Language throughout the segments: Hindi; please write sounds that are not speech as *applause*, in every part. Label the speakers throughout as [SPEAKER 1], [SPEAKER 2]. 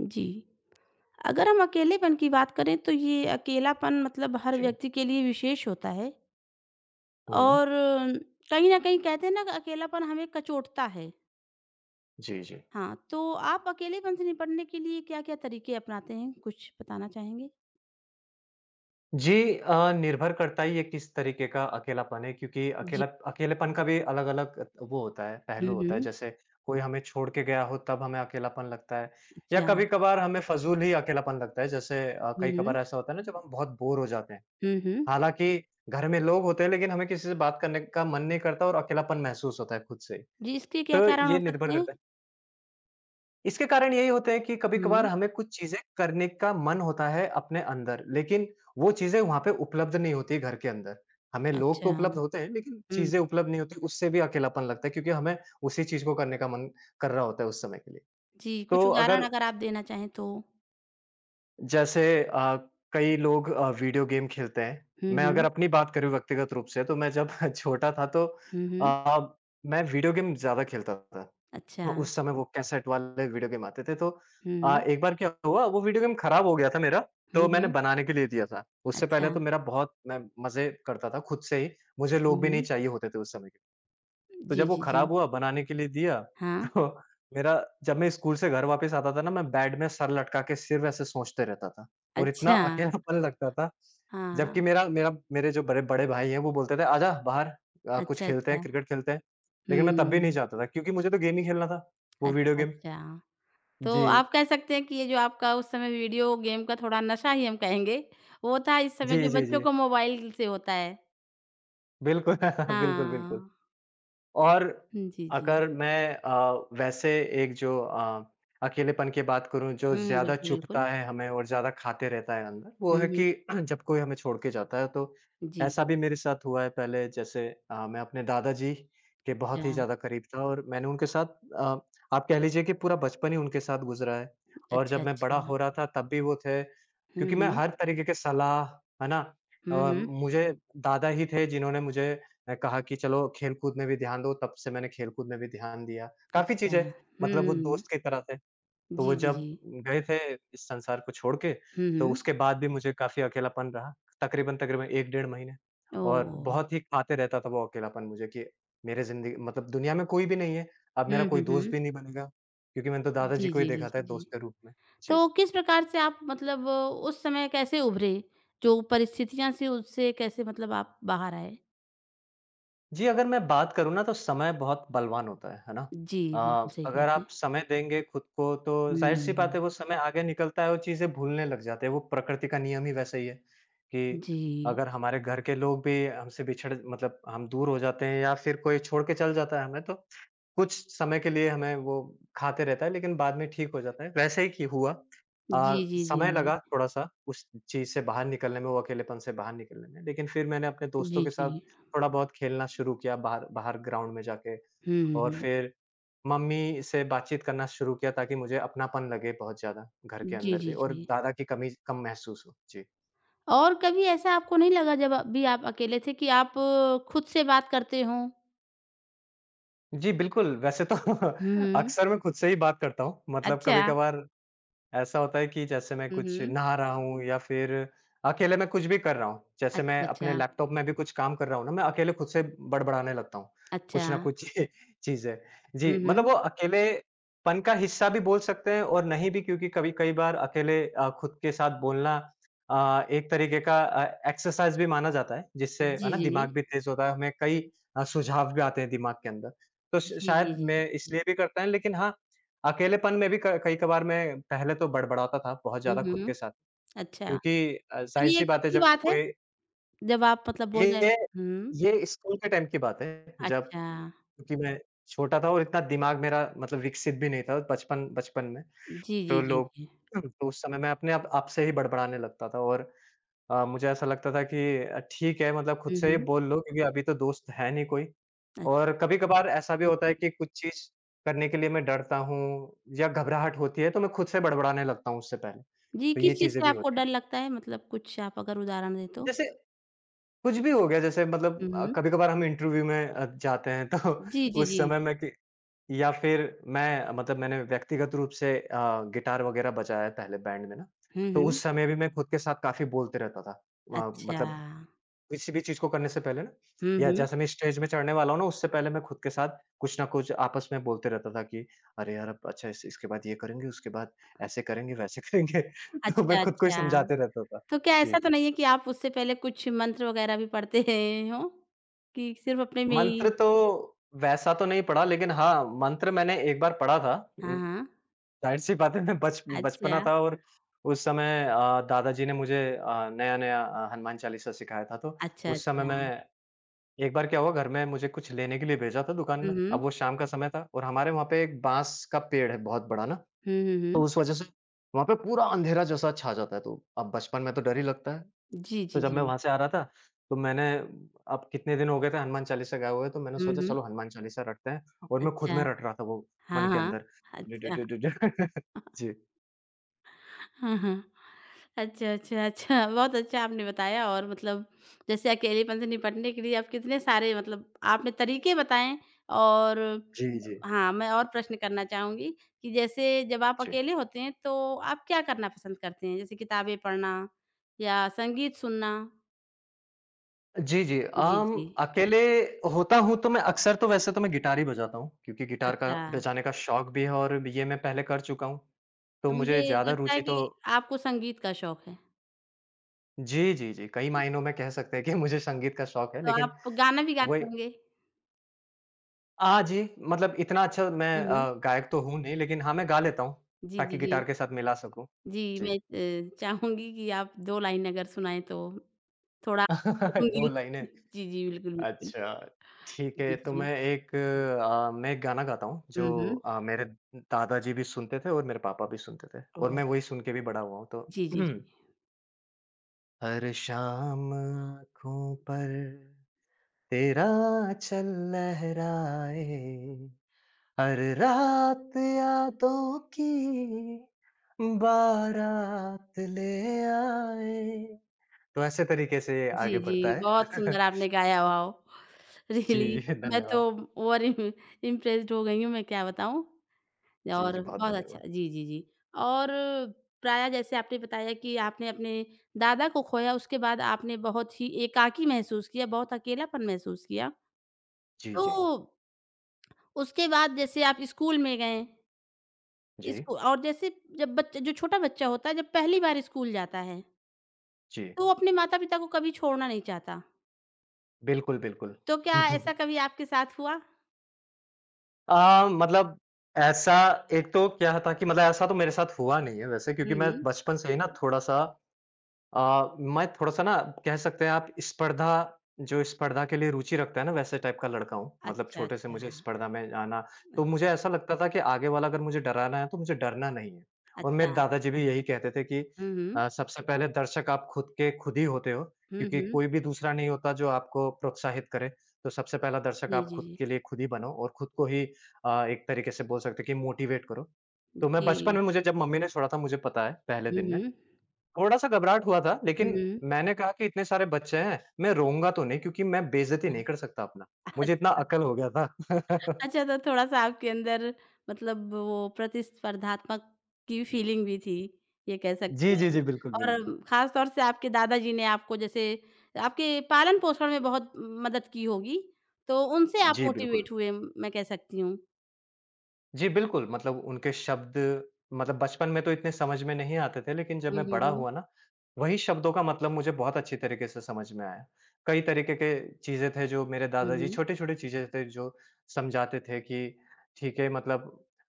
[SPEAKER 1] जी। अगर हम अकेलेपन की बात करें तो ये अकेलापन मतलब हर
[SPEAKER 2] जी,
[SPEAKER 1] व्यक्ति के लिए विशेष होता है
[SPEAKER 2] हुँ,
[SPEAKER 1] और कहीं न कहीं कहते हैं ना कि अकेलापन हमें कचोटता है।
[SPEAKER 2] जी, जी।
[SPEAKER 1] हाँ, तो आप अकेलेपन से निपटने के लिए क्या-क्या तरीके अपनाते हैं? कुछ बताना चाहेंगे?
[SPEAKER 2] जी निर्भर करता ही है किस तरीके का अकेलापन है क्योंकि
[SPEAKER 1] जी।
[SPEAKER 2] अकेला अकेलेपन का भी अलग-अलग वो होता है,
[SPEAKER 1] हुँ,
[SPEAKER 2] पहलू होता है।
[SPEAKER 1] हुँ।
[SPEAKER 2] जैसे कोई हमें छोड़ के गया हो तब हमें अकेलापन लगता है या
[SPEAKER 1] अच्छा।
[SPEAKER 2] कभी-कभार हमें फ़िज़ूल ही अकेलापन लगता है। जैसे
[SPEAKER 1] हुँ,
[SPEAKER 2] कई
[SPEAKER 1] हुँ।
[SPEAKER 2] कभार ऐसा होता है ना जब हम बहुत बोर हो जाते हैं।
[SPEAKER 1] हुँ, हुँ।
[SPEAKER 2] हालाँकि घर में लोग होते हैं लेकिन हमें किसी से बात करने का मन नहीं करता और अकेलापन महसूस होता है खुद से ही।
[SPEAKER 1] जी, इसके क्या
[SPEAKER 2] तो
[SPEAKER 1] कारण हो
[SPEAKER 2] ये
[SPEAKER 1] सकते
[SPEAKER 2] निर्भर
[SPEAKER 1] हैं?
[SPEAKER 2] करता है। इसके कारण यही होते हैं कि कभी-कभार
[SPEAKER 1] हुँ।
[SPEAKER 2] हमें कुछ चीज़ें करने का मन होता है अपने अंदर, लेकिन वो चीज़ें वहाँ पे उपलब्ध नहीं होती घर के अंदर। हमें लोग
[SPEAKER 1] अच्छा।
[SPEAKER 2] तो उपलब्ध होते हैं, लेकिन
[SPEAKER 1] हुँ।
[SPEAKER 2] चीज़ें उपलब्ध नहीं होती, उससे भी अकेलापन लगता है क्योंकि हमें उसी चीज़ को करने का मन कर रहा होता है उस समय के लिए।
[SPEAKER 1] जी, कुछ
[SPEAKER 2] तो
[SPEAKER 1] उदाहरण
[SPEAKER 2] अगर
[SPEAKER 1] अगर आप देना चाहें तो?
[SPEAKER 2] जैसे कई लोग वीडियो गेम खेलते हैं।
[SPEAKER 1] हुँ,
[SPEAKER 2] मैं अगर
[SPEAKER 1] हुँ।
[SPEAKER 2] अपनी बात करूँ व्यक्तिगत रूप से, तो मैं जब *laughs* छोटा था तो
[SPEAKER 1] हुँ, हुँ।
[SPEAKER 2] अ, मैं वीडियो गेम ज़्यादा खेलता था।
[SPEAKER 1] अच्छा।
[SPEAKER 2] तो उस समय वो कैसेट वाले वीडियो गेम आते थे तो
[SPEAKER 1] हुँ, हुँ।
[SPEAKER 2] एक बार क्या हुआ वो वीडियो गेम खराब हो गया था मेरा,
[SPEAKER 1] हुँ,
[SPEAKER 2] तो मैंने
[SPEAKER 1] हुँ।
[SPEAKER 2] बनाने के लिए दिया था। उससे पहले
[SPEAKER 1] अच्छा।
[SPEAKER 2] तो मेरा बहुत मैं मज़े करता था खुद से ही, मुझे
[SPEAKER 1] हुँ,
[SPEAKER 2] लोग भी नहीं
[SPEAKER 1] हुँ।
[SPEAKER 2] चाहिए होते थे उस समय के। तो
[SPEAKER 1] जी,
[SPEAKER 2] जब वो
[SPEAKER 1] जी, जी।
[SPEAKER 2] खराब हुआ, बनाने के लिए दिया, *laughs*
[SPEAKER 1] हाँ,
[SPEAKER 2] तो मेरा जब मैं स्कूल से घर वापस आता था ना, मैं बेड में सर लटका के सिर्फ़ ऐसे सोचते रहता था और इतना
[SPEAKER 1] अच्छा।
[SPEAKER 2] अकेलापन लगता था।
[SPEAKER 1] हाँ,
[SPEAKER 2] जबकि मेरा मेरा मेरे जो बड़े बड़े भाई हैं, वो बोलते थे, "आजा बाहर कुछ
[SPEAKER 1] अच्छा,
[SPEAKER 2] खेलते हैं,
[SPEAKER 1] अच्छा।
[SPEAKER 2] क्रिकेट खेलते हैं।" लेकिन मैं तब भी नहीं
[SPEAKER 1] हुँ,
[SPEAKER 2] जाता था क्योंकि मुझे तो गेम ही खेलना था, वो वीडियो
[SPEAKER 1] अच्छा,
[SPEAKER 2] गेम।
[SPEAKER 1] अच्छा। तो
[SPEAKER 2] जी।
[SPEAKER 1] आप कह सकते हैं कि ये जो आपका उस समय वीडियो गेम का थोड़ा नशा ही हम कहेंगे, वो था इस समय
[SPEAKER 2] जी,
[SPEAKER 1] जो
[SPEAKER 2] जी,
[SPEAKER 1] बच्चों
[SPEAKER 2] जी।
[SPEAKER 1] को मोबाइल से होता है।
[SPEAKER 2] बिल्कुल, *laughs* बिल्कुल, बिल्कुल।
[SPEAKER 1] हाँ,
[SPEAKER 2] और
[SPEAKER 1] जी, जी।
[SPEAKER 2] अगर मैं वैसे एक जो अकेलेपन की बात करूँ जो
[SPEAKER 1] हुँ, हुँ,
[SPEAKER 2] ज़्यादा
[SPEAKER 1] बिल्कुल,
[SPEAKER 2] चुभता
[SPEAKER 1] बिल्कुल।
[SPEAKER 2] है हमें और ज़्यादा खाते रहता है अंदर, वो
[SPEAKER 1] हुँ,
[SPEAKER 2] है
[SPEAKER 1] हुँ।
[SPEAKER 2] कि *clears throat* जब कोई हमें छोड़ के जाता है तो
[SPEAKER 1] जी,
[SPEAKER 2] ऐसा
[SPEAKER 1] जी।
[SPEAKER 2] भी मेरे साथ हुआ है पहले जैसे मैं अपने दादाजी के
[SPEAKER 1] अच्छा,
[SPEAKER 2] बहुत ही ज़्यादा करीब था और मैंने उनके साथ अ, आप कह लीजिए कि पूरा बचपन ही उनके साथ गुज़रा है। और
[SPEAKER 1] अच्छा,
[SPEAKER 2] जब मैं बड़ा
[SPEAKER 1] अच्छा।
[SPEAKER 2] हो रहा था तब भी वो थे
[SPEAKER 1] हुँ,
[SPEAKER 2] क्योंकि मैं
[SPEAKER 1] हुँ।
[SPEAKER 2] हर तरीके के सलाह, है ना?
[SPEAKER 1] हुँ, हुँ।
[SPEAKER 2] मुझे दादा ही थे जिन्होंने मुझे मैं कहा कि चलो खेल-कूद में भी ध्यान दो, तब से मैंने खेल-कूद में भी ध्यान दिया। काफ़ी
[SPEAKER 1] अच्छा।
[SPEAKER 2] चीज़ें
[SPEAKER 1] हुँ,
[SPEAKER 2] मतलब
[SPEAKER 1] हुँ,
[SPEAKER 2] वो
[SPEAKER 1] हुँ।
[SPEAKER 2] दोस्त की तरह थे। तो वो
[SPEAKER 1] जी, जी,
[SPEAKER 2] जब
[SPEAKER 1] जी।
[SPEAKER 2] गए थे इस संसार को छोड़ के,
[SPEAKER 1] हुँ,
[SPEAKER 2] तो
[SPEAKER 1] हुँ।
[SPEAKER 2] उसके बाद भी मुझे काफ़ी अकेलापन रहा, तकरीबन-तकरीबन 1 डेढ़ महीने और
[SPEAKER 1] ओह!
[SPEAKER 2] बहुत ही खाते रहता था वो अकेलापन मुझे कि मेरे ज़िंदगी मतलब दुनिया में कोई भी नहीं है, अब मेरा
[SPEAKER 1] हुँ,
[SPEAKER 2] कोई
[SPEAKER 1] हुँ,
[SPEAKER 2] दोस्त
[SPEAKER 1] हुँ।
[SPEAKER 2] भी नहीं बनेगा, क्योंकि मैंने तो दादाजी
[SPEAKER 1] जी,
[SPEAKER 2] को ही
[SPEAKER 1] जी, जी,
[SPEAKER 2] देखा था
[SPEAKER 1] जी, जी।
[SPEAKER 2] दोस्त के रूप में। जी।
[SPEAKER 1] तो किस प्रकार से आप मतलब उस समय कैसे उभरे? जो परिस्थितियाँ थी उससे कैसे मतलब आप बाहर आए?
[SPEAKER 2] जी, अगर मैं बात करूँ ना तो समय बहुत बलवान होता है ना?
[SPEAKER 1] जी, बिल्कुल सही
[SPEAKER 2] अ,
[SPEAKER 1] कहा
[SPEAKER 2] अगर
[SPEAKER 1] आपने।
[SPEAKER 2] आप समय देंगे खुद को तो ज़ाहिर-सी बात है
[SPEAKER 1] हुँ,
[SPEAKER 2] वो समय आगे निकलता है और चीज़ें भूलने लग जाते हैं, वो प्रकृति का नियम ही वैसा ही है कि
[SPEAKER 1] जी।
[SPEAKER 2] अगर हमारे घर के लोग भी हमसे बिछड़ मतलब हम दूर हो जाते हैं या फिर कोई छोड़ के चल जाता है हमें तो कुछ समय के लिए हमें वो खाते रहता है लेकिन बाद में ठीक हो जाता है, वैसे ही कि हुआ।
[SPEAKER 1] जी, जी, जी।
[SPEAKER 2] समय लगा थोड़ा-सा उस चीज़ से बाहर निकलने में, वो अकेलेपन से बाहर निकलने में, लेकिन फिर मैंने अपने दोस्तों
[SPEAKER 1] जी,
[SPEAKER 2] के
[SPEAKER 1] जी।
[SPEAKER 2] साथ थोड़ा बहुत खेलना शुरू किया बाहर बाहर ग्राउंड में जाके
[SPEAKER 1] हुँ, हुँ,
[SPEAKER 2] और
[SPEAKER 1] हुँ।
[SPEAKER 2] फिर मम्मी से बातचीत करना शुरू किया ताकि मुझे अपनापन लगे बहुत ज़्यादा घर के
[SPEAKER 1] जी,
[SPEAKER 2] अंदर
[SPEAKER 1] जी,
[SPEAKER 2] भी और
[SPEAKER 1] जी।
[SPEAKER 2] दादा की कमी कम महसूस हो। जी।
[SPEAKER 1] और कभी ऐसा आपको नहीं लगा जब भी आप अकेले थे कि आप खुद से बात करते हो?
[SPEAKER 2] जी, बिल्कुल वैसे तो *laughs*
[SPEAKER 1] हुँ।
[SPEAKER 2] अक्सर मैं खुद से ही बात करता हूँ, मतलब
[SPEAKER 1] अच्छा।
[SPEAKER 2] कभी-कभार ऐसा होता है कि जैसे मैं
[SPEAKER 1] हुँ,
[SPEAKER 2] कुछ
[SPEAKER 1] हुँ।
[SPEAKER 2] नहा रहा हूँ या फिर अकेले मैं कुछ भी कर रहा हूँ। जैसे
[SPEAKER 1] अच्छा,
[SPEAKER 2] मैं अपने
[SPEAKER 1] अच्छा।
[SPEAKER 2] लैपटॉप में भी कुछ काम कर रहा हूँ ना, मैं अकेले खुद से बड़बड़ाने लगता हूँ,
[SPEAKER 1] अच्छा।
[SPEAKER 2] कुछ ना कुछ *laughs* चीज़ें।
[SPEAKER 1] हुँ,
[SPEAKER 2] जी, मतलब
[SPEAKER 1] हुँ।
[SPEAKER 2] वो अकेलेपन का हिस्सा भी बोल सकते हैं और नहीं भी क्योंकि कभी कई बार अकेले खुद के साथ बोलना एक तरीके का एक्सरसाइज भी माना जाता है, जिससे है
[SPEAKER 1] जी, जी,
[SPEAKER 2] ना
[SPEAKER 1] जी।
[SPEAKER 2] दिमाग भी तेज़ होता है, हमें कई सुझाव भी आते हैं दिमाग के अंदर। तो श
[SPEAKER 1] जी, जी,
[SPEAKER 2] शायद
[SPEAKER 1] जी,
[SPEAKER 2] मैं
[SPEAKER 1] जी।
[SPEAKER 2] इसलिए भी करता है लेकिन हाँ, अकेलेपन में भी क कई कभार मैं पहले तो बड़बड़ाता था बहुत
[SPEAKER 1] हुँ,
[SPEAKER 2] ज़्यादा खुद
[SPEAKER 1] हुँ।
[SPEAKER 2] के साथ
[SPEAKER 1] अच्छा।
[SPEAKER 2] क्योंकि
[SPEAKER 1] तो ये
[SPEAKER 2] ज़ाहिर-सी
[SPEAKER 1] कब
[SPEAKER 2] बात है
[SPEAKER 1] की
[SPEAKER 2] जब
[SPEAKER 1] बात है?
[SPEAKER 2] कोई
[SPEAKER 1] जब आप मतलब बोल रहे
[SPEAKER 2] ये
[SPEAKER 1] हुँ,
[SPEAKER 2] ये स्कूल के टाइम की बात है जब
[SPEAKER 1] अच्छा।
[SPEAKER 2] क्योंकि मैं छोटा था और इतना दिमाग मेरा मतलब विकसित भी नहीं था बचपन बचपन में।
[SPEAKER 1] जी, जी,
[SPEAKER 2] तो
[SPEAKER 1] जी,
[SPEAKER 2] लोग
[SPEAKER 1] जी।
[SPEAKER 2] *clears throat* तो उस समय मैं अपने आप आपसे ही बड़बड़ाने लगता था और मुझे ऐसा लगता था कि ठीक है मतलब खुद
[SPEAKER 1] हुँ,
[SPEAKER 2] से ही
[SPEAKER 1] हुँ,
[SPEAKER 2] बोल लो क्योंकि अभी तो दोस्त है नहीं कोई। और
[SPEAKER 1] अच्छा।
[SPEAKER 2] कभी-कभार ऐसा भी
[SPEAKER 1] हुँ,
[SPEAKER 2] होता है
[SPEAKER 1] हुँ।
[SPEAKER 2] कि कुछ चीज़ करने के लिए मैं डरता हूँ या घबराहट होती है तो मैं खुद से बड़बड़ाने लगता हूँ उससे पहले।
[SPEAKER 1] जी,
[SPEAKER 2] तो ये
[SPEAKER 1] किस चीज़
[SPEAKER 2] चीज़ें
[SPEAKER 1] से
[SPEAKER 2] भी
[SPEAKER 1] आपको
[SPEAKER 2] होती हैं।
[SPEAKER 1] डर लगता है? मतलब कुछ आप अगर उदाहरण दें तो?
[SPEAKER 2] जैसे कुछ भी हो गया जैसे
[SPEAKER 1] हुँ,
[SPEAKER 2] मतलब
[SPEAKER 1] हुँ।
[SPEAKER 2] कभी-कभार हम इंटरव्यू में जाते हैं तो
[SPEAKER 1] जी,
[SPEAKER 2] *laughs*
[SPEAKER 1] जी,
[SPEAKER 2] उस
[SPEAKER 1] जी।
[SPEAKER 2] समय में कि या फिर मैं मतलब मैंने व्यक्तिगत रूप से गिटार वगैरह बजाया है पहले बैंड में ना,
[SPEAKER 1] हुँ,
[SPEAKER 2] तो
[SPEAKER 1] हुँ।
[SPEAKER 2] उस समय भी मैं खुद के साथ काफ़ी बोलते रहता था।
[SPEAKER 1] अच्छा।
[SPEAKER 2] मतलब किसी भी चीज़ को करने से पहले ना
[SPEAKER 1] हुँ,
[SPEAKER 2] या
[SPEAKER 1] हुँ।
[SPEAKER 2] जैसे मैं स्टेज में चढ़ने वाला हूँ ना, उससे पहले मैं खुद के साथ कुछ ना कुछ आपस में बोलते रहता था कि, "अरे यार! अब अच्छा इस इसके बाद ये करेंगे, उसके बाद ऐसे करेंगे, वैसे करेंगे।" *laughs* तो मैं
[SPEAKER 1] अच्छा,
[SPEAKER 2] खुद को ही
[SPEAKER 1] अच्छा।
[SPEAKER 2] समझाते रहता था।
[SPEAKER 1] तो क्या ऐसा
[SPEAKER 2] जी।
[SPEAKER 1] तो नहीं है कि आप उससे पहले कुछ मंत्र वगैरह भी पढ़ते *laughs* हैं हों? कि सिर्फ अपने में ही
[SPEAKER 2] मंत्र तो वैसा तो नहीं पढ़ा लेकिन हाँ, मंत्र मैंने एक बार पढ़ा था।
[SPEAKER 1] हाँ,
[SPEAKER 2] उम,
[SPEAKER 1] हाँ।
[SPEAKER 2] ज़ाहिर-सी बात है मैं बच बचपना
[SPEAKER 1] अच्छा।
[SPEAKER 2] था और उस समय दादाजी ने मुझे नया-नया हनुमान चालीसा सिखाया था, तो
[SPEAKER 1] अच्छा,
[SPEAKER 2] उस समय
[SPEAKER 1] अच्छा।
[SPEAKER 2] मैं एक बार क्या हुआ घर में मुझे कुछ लेने के लिए भेजा था दुकान
[SPEAKER 1] हुँ,
[SPEAKER 2] में।
[SPEAKER 1] हुँ।
[SPEAKER 2] अब वो शाम का समय था और हमारे वहाँ पे एक बाँस का पेड़ है बहुत बड़ा ना,
[SPEAKER 1] हुँ, हुँ,
[SPEAKER 2] तो
[SPEAKER 1] हुँ।
[SPEAKER 2] उस वज़ह से वहाँ पे पूरा अंधेरा जैसा छा जाता है। तो अब बचपन में तो डर ही लगता है।
[SPEAKER 1] जी,
[SPEAKER 2] तो
[SPEAKER 1] जी,
[SPEAKER 2] जब मैं
[SPEAKER 1] जी।
[SPEAKER 2] वहाँ से आ रहा था तो मैंने अब कितने दिन हो गए थे हनुमान चालीसा गाए हुए तो मैंने
[SPEAKER 1] हुँ,
[SPEAKER 2] सोचा
[SPEAKER 1] हुँ।
[SPEAKER 2] चलो हनुमान चालीसा रटते हैं और मैं खुद
[SPEAKER 1] अच्छा।
[SPEAKER 2] में रट रहा था वो मन
[SPEAKER 1] हाँ,
[SPEAKER 2] के
[SPEAKER 1] हाँ।
[SPEAKER 2] अंदर।
[SPEAKER 1] अच्छा
[SPEAKER 2] *laughs* जी, जी, जी, जी।
[SPEAKER 1] हाँ, हाँ। अच्छा, अच्छा, अच्छा। बहुत अच्छा आपने बताया और मतलब जैसे अकेलेपन से निपटने के लिए आप कितने सारे मतलब आपने तरीके बताएँ और
[SPEAKER 2] जी, जी,
[SPEAKER 1] हाँ, मैं और प्रश्न करना चाहूँगी कि जैसे जब आप
[SPEAKER 2] जी।
[SPEAKER 1] अकेले होते हैं तो आप क्या करना पसंद करते हैं? जैसे किताबें पढ़ना या संगीत सुनना?
[SPEAKER 2] जी, जी।
[SPEAKER 1] जी, जी।
[SPEAKER 2] अकेले होता हूँ तो मैं अक्सर तो वैसे तो मैं गिटार ही बजाता हूँ, क्योंकि गिटार का
[SPEAKER 1] अच्छा,
[SPEAKER 2] बजाने का शौक भी है और ये मैं पहले कर चुका हूँ। तो
[SPEAKER 1] तो
[SPEAKER 2] मुझे
[SPEAKER 1] मुझे
[SPEAKER 2] ज़्यादा
[SPEAKER 1] लगता है
[SPEAKER 2] रुचि
[SPEAKER 1] कि
[SPEAKER 2] तो
[SPEAKER 1] आपको संगीत का शौक है।
[SPEAKER 2] जी, जी, जी। कई मायनों में कह सकते हैं कि मुझे संगीत का शौक है,
[SPEAKER 1] तो
[SPEAKER 2] लेकिन
[SPEAKER 1] आप गाना भी गाते
[SPEAKER 2] वही
[SPEAKER 1] होंगे?
[SPEAKER 2] हाँ जी, मतलब इतना अच्छा मैं
[SPEAKER 1] हुँ, हुँ।
[SPEAKER 2] गायक तो हूँ नहीं, लेकिन हाँ, मैं गा लेता हूँ,
[SPEAKER 1] जी, जी,
[SPEAKER 2] ताकि
[SPEAKER 1] जी।
[SPEAKER 2] गिटार के साथ मिला सकूँ।
[SPEAKER 1] जी,
[SPEAKER 2] जी।
[SPEAKER 1] मैं चाहूँगी कि आप 2 लाइन अगर सुनाएँ तो थोड़ा
[SPEAKER 2] *laughs* 2
[SPEAKER 1] सुनूँगी।
[SPEAKER 2] लाइनें
[SPEAKER 1] जी, जी, बिल्कुल, बिल्कुल।
[SPEAKER 2] अच्छा, ठीक है।
[SPEAKER 1] जी,
[SPEAKER 2] तो
[SPEAKER 1] जी।
[SPEAKER 2] मैं एक मैं एक गाना गाता हूँ
[SPEAKER 1] हुँ,
[SPEAKER 2] जो
[SPEAKER 1] हुँ।
[SPEAKER 2] मेरे दादाजी भी सुनते थे और मेरे पापा भी सुनते थे और
[SPEAKER 1] वाह!
[SPEAKER 2] मैं वही सुन के भी बड़ा हुआ हूँ तो
[SPEAKER 1] जी, जी,
[SPEAKER 2] *clears throat*
[SPEAKER 1] जी।
[SPEAKER 2] हर शाम आँखों पर तेरा आँचल लहराए, हर रात यादों की बारात ले आए। तो ऐसे तरीके से
[SPEAKER 1] जी,
[SPEAKER 2] आगे
[SPEAKER 1] जी,
[SPEAKER 2] बढ़ता है।
[SPEAKER 1] बहुत सुंदर
[SPEAKER 2] *laughs*
[SPEAKER 1] आपने गाया वाओ!
[SPEAKER 2] जी,
[SPEAKER 1] रियली
[SPEAKER 2] जी
[SPEAKER 1] मैं तो
[SPEAKER 2] धन्यवाद।
[SPEAKER 1] ओवर इम इम्प्रेस्ड हो गई हूँ, मैं क्या बताऊँ।
[SPEAKER 2] जी, जी
[SPEAKER 1] और
[SPEAKER 2] बहुत
[SPEAKER 1] बहुत अच्छा
[SPEAKER 2] धन्यवाद।
[SPEAKER 1] जी, जी, जी। और प्रायः जैसे आपने बताया कि आपने अपने दादा को खोया, उसके बाद आपने बहुत ही एकाकी महसूस किया, बहुत अकेलापन महसूस किया।
[SPEAKER 2] जी,
[SPEAKER 1] तो
[SPEAKER 2] जी।
[SPEAKER 1] उसके बाद जैसे आप स्कूल में गए,
[SPEAKER 2] जी,
[SPEAKER 1] स्कू और जैसे जब बच्चा जो छोटा बच्चा होता है जब पहली बार स्कूल जाता है,
[SPEAKER 2] जी।
[SPEAKER 1] तो वो अपने माता-पिता को कभी छोड़ना नहीं चाहता।
[SPEAKER 2] बिल्कुल, बिल्कुल।
[SPEAKER 1] तो क्या ऐसा
[SPEAKER 2] *laughs*
[SPEAKER 1] कभी आपके साथ हुआ?
[SPEAKER 2] अ, मतलब ऐसा एक तो क्या था कि मतलब ऐसा तो मेरे साथ हुआ नहीं है वैसे
[SPEAKER 1] हुँ,
[SPEAKER 2] क्योंकि मैं
[SPEAKER 1] हुँ।
[SPEAKER 2] बचपन से ही ना थोड़ा-सा मैं थोड़ा-सा ना कह सकते हैं आप स्पर्धा जो स्पर्धा के लिए रुचि रखता है ना वैसे टाइप का लड़का हूँ। मतलब
[SPEAKER 1] अच्छा,
[SPEAKER 2] छोटे से
[SPEAKER 1] अच्छा।
[SPEAKER 2] मुझे स्पर्धा में जाना तो मुझे
[SPEAKER 1] अच्छा,
[SPEAKER 2] ऐसा लगता था कि आगे वाला अगर मुझे डराना है तो मुझे डरना नहीं है। और
[SPEAKER 1] अच्छा।
[SPEAKER 2] मेरे दादाजी भी यही कहते थे कि
[SPEAKER 1] हुँ, हुँ।
[SPEAKER 2] सबसे पहले दर्शक आप खुद के खुद ही होते हो
[SPEAKER 1] हुँ,
[SPEAKER 2] क्योंकि
[SPEAKER 1] हुँ।
[SPEAKER 2] कोई भी दूसरा नहीं होता जो आपको प्रोत्साहित करे। तो सबसे पहला दर्शक
[SPEAKER 1] जी,
[SPEAKER 2] आप
[SPEAKER 1] जी,
[SPEAKER 2] खुद
[SPEAKER 1] जी।
[SPEAKER 2] के लिए खुद ही बनो और खुद को ही एक तरीके से बोल सकते हैं कि मोटिवेट करो। तो मैं बचपन
[SPEAKER 1] जी।
[SPEAKER 2] में मुझे जब मम्मी ने छोड़ा था मुझे पता है पहले
[SPEAKER 1] हुँ,
[SPEAKER 2] दिन में।
[SPEAKER 1] हुँ।
[SPEAKER 2] थोड़ा-सा घबराहट हुआ था,
[SPEAKER 1] हुँ,
[SPEAKER 2] लेकिन
[SPEAKER 1] हुँ।
[SPEAKER 2] मैंने कहा कि इतने सारे बच्चे हैं, मैं रोऊँगा तो नहीं क्योंकि मैं बेइज़्ज़ती
[SPEAKER 1] अह
[SPEAKER 2] नहीं कर सकता अपना। मुझे इतना
[SPEAKER 1] अच्छा।
[SPEAKER 2] अकल हो गया था। *laughs*
[SPEAKER 1] अच्छा, तो थोड़ा-सा आपके अंदर मतलब वो प्रतिस्पर्धात्मक की फीलिंग भी थी, ये कह सकते
[SPEAKER 2] जी, जी,
[SPEAKER 1] हैं।
[SPEAKER 2] जी। बिल्कुल, बिल्कुल।
[SPEAKER 1] और ख़ास तौर से आपके दादाजी ने आपको जैसे आपके पालन-पोषण में बहुत मदद की होगी, तो उनसे आप
[SPEAKER 2] जी, बिल्कुल।
[SPEAKER 1] मोटिवेट हुए मैं कह सकती हूँ।
[SPEAKER 2] जी, बिल्कुल, मतलब उनके शब्द मतलब बचपन में तो इतने समझ में नहीं आते थे, लेकिन जब
[SPEAKER 1] हुँ,
[SPEAKER 2] मैं
[SPEAKER 1] हुँ,
[SPEAKER 2] बड़ा
[SPEAKER 1] हुँ।
[SPEAKER 2] हुआ ना, वही शब्दों का मतलब मुझे बहुत अच्छी तरीके से समझ में आया। कई तरीके के चीज़ें थे जो मेरे
[SPEAKER 1] हुँ,
[SPEAKER 2] दादाजी
[SPEAKER 1] हुँ।
[SPEAKER 2] छोटी-छोटी चीज़ें थे जो समझाते थे कि ठीक है मतलब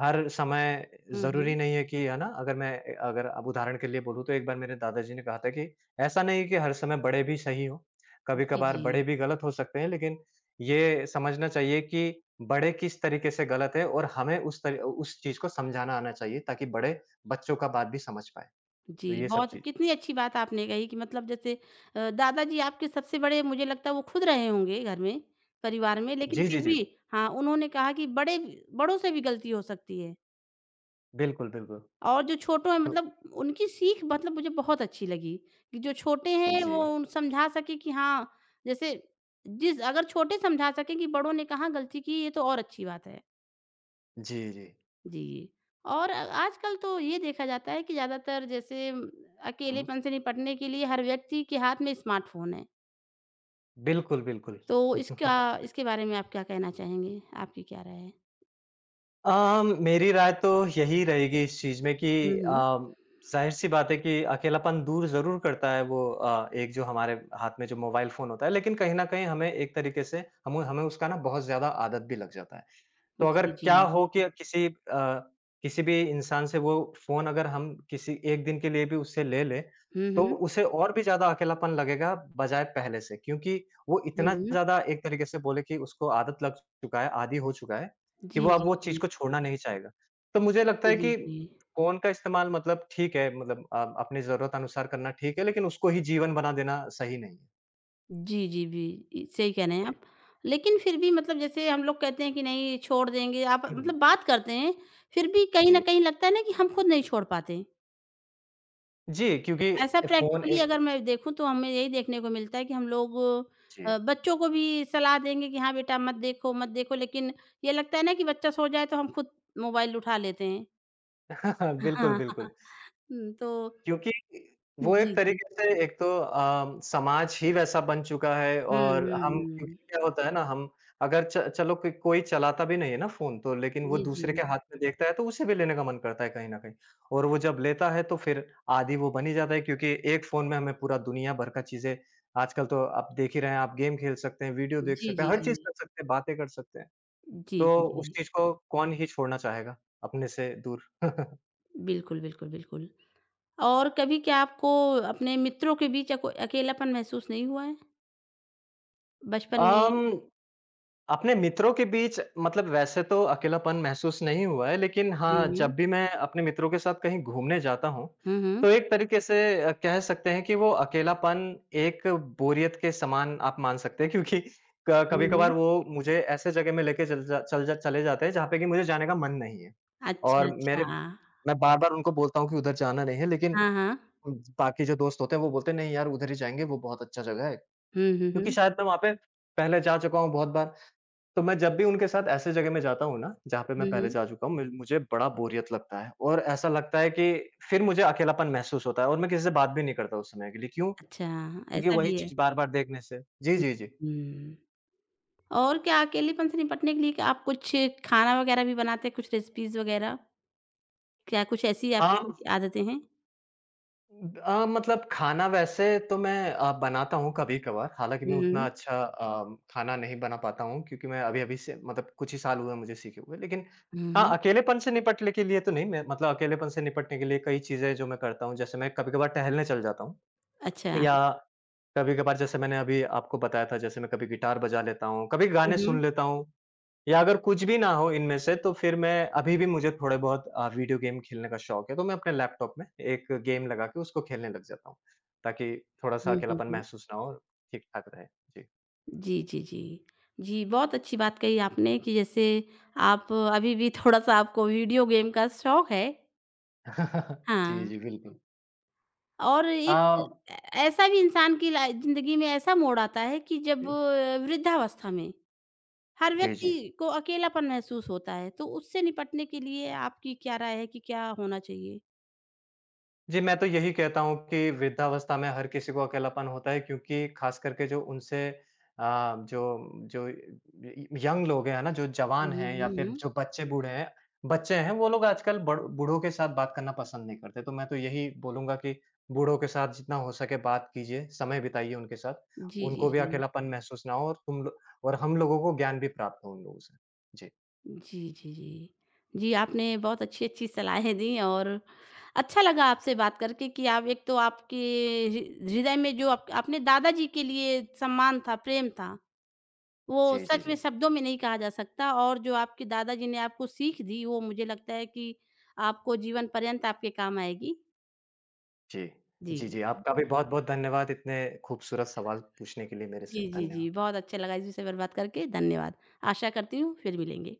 [SPEAKER 2] हर समय
[SPEAKER 1] हुँ,
[SPEAKER 2] ज़रूरी
[SPEAKER 1] हुँ।
[SPEAKER 2] नहीं है कि है ना, अगर अगर अब उदाहरण के लिए बोलूँ तो एक बार मेरे दादाजी ने कहा था कि ऐसा नहीं है कि हर समय बड़े भी सही हों,
[SPEAKER 1] जी,
[SPEAKER 2] कभी-कभार
[SPEAKER 1] जी।
[SPEAKER 2] बड़े भी गलत हो सकते हैं लेकिन ये समझना चाहिए कि बड़े किस तरीके से गलत है और हमें उस चीज़ को समझाना आना चाहिए ताकि बड़े बच्चों का बात भी समझ पाएँ। तो
[SPEAKER 1] जी,
[SPEAKER 2] ये सब
[SPEAKER 1] बहुत
[SPEAKER 2] चीज़
[SPEAKER 1] कितनी अच्छी बात आपने कही कि मतलब जैसे दादाजी आपके सबसे बड़े मुझे लगता है वो खुद रहे होंगे घर में, परिवार में लेकिन
[SPEAKER 2] जी, जी,
[SPEAKER 1] फिर
[SPEAKER 2] जी।
[SPEAKER 1] भी हाँ, उन्होंने कहा कि बड़े बड़ों से भी गलती हो सकती है
[SPEAKER 2] बिल्कुल, बिल्कुल।
[SPEAKER 1] और जो छोटों हैं
[SPEAKER 2] तो
[SPEAKER 1] मतलब उनकी सीख मतलब मुझे बहुत अच्छी लगी कि जो छोटे हैं
[SPEAKER 2] जी।
[SPEAKER 1] वो उन समझा सके कि हाँ, जैसे जिस अगर छोटे समझा सकें कि बड़ों ने कहाँ गलती की, ये तो और अच्छी बात है।
[SPEAKER 2] जी, जी।
[SPEAKER 1] जी। और आजकल तो ये देखा जाता है कि ज़्यादातर जैसे
[SPEAKER 2] हुँ।
[SPEAKER 1] अकेलेपन से निपटने के लिए हर व्यक्ति के हाथ में स्मार्टफ़ोन है।
[SPEAKER 2] बिल्कुल, बिल्कुल।
[SPEAKER 1] तो इसका
[SPEAKER 2] *laughs*
[SPEAKER 1] इसके बारे में आप क्या कहना चाहेंगे? आपकी क्या राय है?
[SPEAKER 2] मेरी राय तो यही रहेगी इस चीज़ में कि
[SPEAKER 1] हुँ, हुँ।
[SPEAKER 2] अम, ज़ाहिर-सी बात है कि अकेलापन दूर ज़रूर करता है वो एक जो हमारे हाथ में जो मोबाइल फ़ोन होता है, लेकिन कहीं न कहीं हमें एक तरीके से हम हमें उसका ना बहुत ज़्यादा आदत भी लग जाता है। तो अगर
[SPEAKER 1] जी, जी।
[SPEAKER 2] क्या हो कि किसी भी इंसान से वो फ़ोन अगर हम किसी 1 दिन के लिए भी उससे ले लें,
[SPEAKER 1] हुँ,
[SPEAKER 2] तो
[SPEAKER 1] हुँ।
[SPEAKER 2] उसे और भी ज़्यादा अकेलापन लगेगा बजाय पहले से। क्योंकि वो
[SPEAKER 1] हुँ,
[SPEAKER 2] इतना
[SPEAKER 1] हुँ।
[SPEAKER 2] ज़्यादा एक तरीके से बोले कि उसको आदत लग चुका है, आदी हो चुका है, कि
[SPEAKER 1] जी,
[SPEAKER 2] वो अब
[SPEAKER 1] जी,
[SPEAKER 2] वो चीज़
[SPEAKER 1] जी।
[SPEAKER 2] को छोड़ना नहीं चाहेगा। तो मुझे लगता
[SPEAKER 1] जी,
[SPEAKER 2] है
[SPEAKER 1] जी,
[SPEAKER 2] कि
[SPEAKER 1] जी।
[SPEAKER 2] फ़ोन का इस्तेमाल मतलब ठीक है, मतलब अपनी ज़रूरत अनुसार करना ठीक है, लेकिन उसको ही जीवन बना देना सही नहीं है।
[SPEAKER 1] जी, जी, जी। इ सही कह रहे हैं
[SPEAKER 2] जी।
[SPEAKER 1] आप। लेकिन फिर भी मतलब जैसे हम लोग कहते हैं कि नहीं छोड़ देंगे आप मतलब बात
[SPEAKER 2] *clears throat*
[SPEAKER 1] करते हैं, फिर भी कहीं न
[SPEAKER 2] जी।
[SPEAKER 1] कहीं लगता है ना कि हम खुद नहीं छोड़ पाते।
[SPEAKER 2] जी, क्योंकि
[SPEAKER 1] ऐसा
[SPEAKER 2] फ़ोन
[SPEAKER 1] प्रैक्टिकली
[SPEAKER 2] एक
[SPEAKER 1] अगर मैं देखूँ तो हमें यही देखने को मिलता है कि हम लोग
[SPEAKER 2] जी।
[SPEAKER 1] बच्चों को भी सलाह देंगे कि हाँ बेटा मत देखो, मत देखो लेकिन ये लगता है ना कि बच्चा सो जाए तो हम खुद मोबाइल उठा लेते हैं।
[SPEAKER 2] *laughs* बिल्कुल,
[SPEAKER 1] हाँ,
[SPEAKER 2] बिल्कुल।
[SPEAKER 1] *laughs* हुँ, तो
[SPEAKER 2] क्योंकि वो एक
[SPEAKER 1] जी, जी।
[SPEAKER 2] तरीके से एक तो समाज ही वैसा बन चुका है
[SPEAKER 1] हुँ,
[SPEAKER 2] और
[SPEAKER 1] हुँ,
[SPEAKER 2] हम जी।
[SPEAKER 1] हुँ।
[SPEAKER 2] क्योंकि क्या होता है ना हम अगर च चलो कोई कोई चलाता भी नहीं है ना फ़ोन तो लेकिन वो
[SPEAKER 1] जी, जी।
[SPEAKER 2] दूसरे के हाथ में देखता है तो उसे भी लेने का मन करता है कहीं न कहीं। और वो जब लेता है तो फिर आदी वो बन ही जाता है क्योंकि एक फ़ोन में हमें पूरा दुनिया भर का चीज़ें आजकल तो आप देख ही रहे हैं, आप गेम खेल सकते हैं, वीडियो देख
[SPEAKER 1] जी,
[SPEAKER 2] सकते हैं,
[SPEAKER 1] जी,
[SPEAKER 2] हर
[SPEAKER 1] जी।
[SPEAKER 2] चीज़ कर सकते हैं, बातें कर सकते हैं।
[SPEAKER 1] जी,
[SPEAKER 2] तो
[SPEAKER 1] जी,
[SPEAKER 2] उस
[SPEAKER 1] जी।
[SPEAKER 2] चीज़ को कौन ही छोड़ना चाहेगा अपने से दूर? *laughs*
[SPEAKER 1] बिल्कुल, बिल्कुल, बिल्कुल। और कभी क्या आपको अपने मित्रों के बीच अको अकेलापन महसूस नहीं हुआ है? बचपन में
[SPEAKER 2] अम अपने मित्रों के बीच मतलब वैसे तो अकेलापन महसूस नहीं हुआ है, लेकिन
[SPEAKER 1] हुँ,
[SPEAKER 2] हाँ,
[SPEAKER 1] हुँ।
[SPEAKER 2] जब भी मैं अपने मित्रों के साथ कहीं घूमने जाता हूँ,
[SPEAKER 1] हुँ, हुँ।
[SPEAKER 2] तो एक तरीके से कह सकते हैं कि वो अकेलापन एक बोरियत के समान आप मान सकते हैं क्योंकि क
[SPEAKER 1] हुँ,
[SPEAKER 2] कभी-कभार
[SPEAKER 1] हुँ।
[SPEAKER 2] वो मुझे ऐसे जगह में लेके चल जा चले जाते हैं जहाँ पे कि मुझे जाने का मन नहीं है।
[SPEAKER 1] अच्छा,
[SPEAKER 2] और
[SPEAKER 1] अच्छा।
[SPEAKER 2] मेरे मैं बार-बार उनको बोलता हूँ कि उधर जाना नहीं है लेकिन
[SPEAKER 1] हाँ, हाँ।
[SPEAKER 2] उम, बाकी जो दोस्त होते हैं वो बोलते हैं नहीं यार उधर ही जाएँगे, वो बहुत अच्छा जगह है।
[SPEAKER 1] हुँ, हुँ,
[SPEAKER 2] क्योंकि
[SPEAKER 1] हुँ।
[SPEAKER 2] शायद मैं वहाँ पे पहले जा चुका हूँ बहुत बार। तो मैं जब भी उनके साथ ऐसे जगह में जाता हूँ ना, जहाँ पे
[SPEAKER 1] हुँ,
[SPEAKER 2] मैं पहले
[SPEAKER 1] हुँ।
[SPEAKER 2] जा चुका हूँ, मु मुझे बड़ा बोरियत लगता है और ऐसा लगता है कि फिर मुझे अकेलापन महसूस होता है और मैं किसी से बात भी नहीं करता उस समय के लिए, क्यों?
[SPEAKER 1] अच्छा,
[SPEAKER 2] क्योंकि
[SPEAKER 1] ऐसा भी
[SPEAKER 2] वही
[SPEAKER 1] है।
[SPEAKER 2] चीज़ बार-बार देखने से जी,
[SPEAKER 1] हुँ,
[SPEAKER 2] जी, जी।
[SPEAKER 1] हुँ। और क्या अकेलेपन से निपटने के लिए क्या आप कुछ खाना वगैरह भी बनाते हैं, कुछ रेसिपीज़ वगैरह? क्या कुछ ऐसी
[SPEAKER 2] हाँ,
[SPEAKER 1] आपकी आदतें हैं?
[SPEAKER 2] मतलब खाना वैसे तो मैं बनाता हूँ कभी-कभार, हालाँकि
[SPEAKER 1] हुँ,
[SPEAKER 2] मैं उतना
[SPEAKER 1] हुँ।
[SPEAKER 2] अच्छा खाना नहीं बना पाता हूँ क्योंकि मैं अभी-अभी से मतलब कुछ ही साल हुए हैं मुझे सीखे हुए। लेकिन
[SPEAKER 1] हुँ,
[SPEAKER 2] हाँ,
[SPEAKER 1] हुँ।
[SPEAKER 2] अकेलेपन से निपटने के लिए तो नहीं, मैं मतलब अकेलेपन से निपटने के लिए कई चीज़ें जो मैं करता हूँ, जैसे मैं कभी-कभार टहलने चल जाता हूँ।
[SPEAKER 1] अच्छा।
[SPEAKER 2] या कभी-कभार जैसे मैंने अभी आपको बताया था, जैसे मैं कभी गिटार बजा लेता हूँ, कभी
[SPEAKER 1] हुँ,
[SPEAKER 2] गाने
[SPEAKER 1] हुँ।
[SPEAKER 2] सुन लेता हूँ या अगर कुछ भी ना हो इनमें से तो फिर मैं अभी भी मुझे थोड़े बहुत वीडियो गेम खेलने का शौक है, तो मैं अपने लैपटॉप में एक गेम लगा के उसको खेलने लग जाता हूँ, ताकि थोड़ा-सा
[SPEAKER 1] हुँ, हुँ,
[SPEAKER 2] अकेलापन
[SPEAKER 1] हुँ।
[SPEAKER 2] महसूस ना हो, ठीक-ठाक रहे। जी।
[SPEAKER 1] जी, जी, जी। जी, बहुत अच्छी बात कही आपने कि जैसे आप अभी भी थोड़ा-सा आपको वीडियो गेम का शौक है।
[SPEAKER 2] *laughs* जी,
[SPEAKER 1] हाँ,
[SPEAKER 2] जी, बिल्कुल।
[SPEAKER 1] और
[SPEAKER 2] अ
[SPEAKER 1] एक ऐसा भी इंसान की लाइ ज़िंदगी में ऐसा मोड़ आता है कि जब
[SPEAKER 2] जी।
[SPEAKER 1] वृद्धावस्था में हर
[SPEAKER 2] जी,
[SPEAKER 1] व्यक्ति
[SPEAKER 2] जी।
[SPEAKER 1] को अकेलापन महसूस होता है, तो उससे निपटने के लिए आपकी क्या राय है कि क्या होना चाहिए?
[SPEAKER 2] जी, मैं तो यही कहता हूँ कि वृद्धावस्था में हर किसी को अकेलापन होता है क्योंकि ख़ास करके जो जो जो य यंग लोग हैं ना, जो जवान
[SPEAKER 1] हुँ,
[SPEAKER 2] हैं
[SPEAKER 1] हुँ,
[SPEAKER 2] या फिर
[SPEAKER 1] हुँ।
[SPEAKER 2] जो बच्चे हैं, वो लोग आजकल बड़ बूढ़ों के साथ बात करना पसंद नहीं करते। तो मैं तो यही बोलूँगा कि बूढ़ों के साथ जितना हो सके बात कीजिए, समय बिताइए उनके साथ।
[SPEAKER 1] जी, जी,
[SPEAKER 2] उनको भी
[SPEAKER 1] जी।
[SPEAKER 2] अकेलापन महसूस ना हो और तुम लो और हम लोगों को ज्ञान भी प्राप्त हो उन लोगों से। जी।
[SPEAKER 1] जी, जी, जी। जी, आपने बहुत अच्छी-अच्छी सलाहें दी और अच्छा लगा आपसे बात करके कि आप एक तो आपके हृ हृदय में जो आप आपने दादाजी के लिए सम्मान था, प्रेम था, वो
[SPEAKER 2] जी, जी,
[SPEAKER 1] सच
[SPEAKER 2] जी।
[SPEAKER 1] में शब्दों में नहीं कहा जा सकता और जो आपके दादाजी ने आपको सीख दी, वो मुझे लगता है कि आपको जीवन पर्यंत आपके काम आएगी।
[SPEAKER 2] जी।
[SPEAKER 1] जी।
[SPEAKER 2] जी, जी, आपका भी बहुत-बहुत धन्यवाद इतने खूबसूरत सवाल पूछने के लिए मेरे से।
[SPEAKER 1] जी, जी, जी।
[SPEAKER 2] धन्यवाद।
[SPEAKER 1] बहुत अच्छा लगा इस विषय पर बात करके, धन्यवाद। आशा करती हूँ फिर मिलेंगे।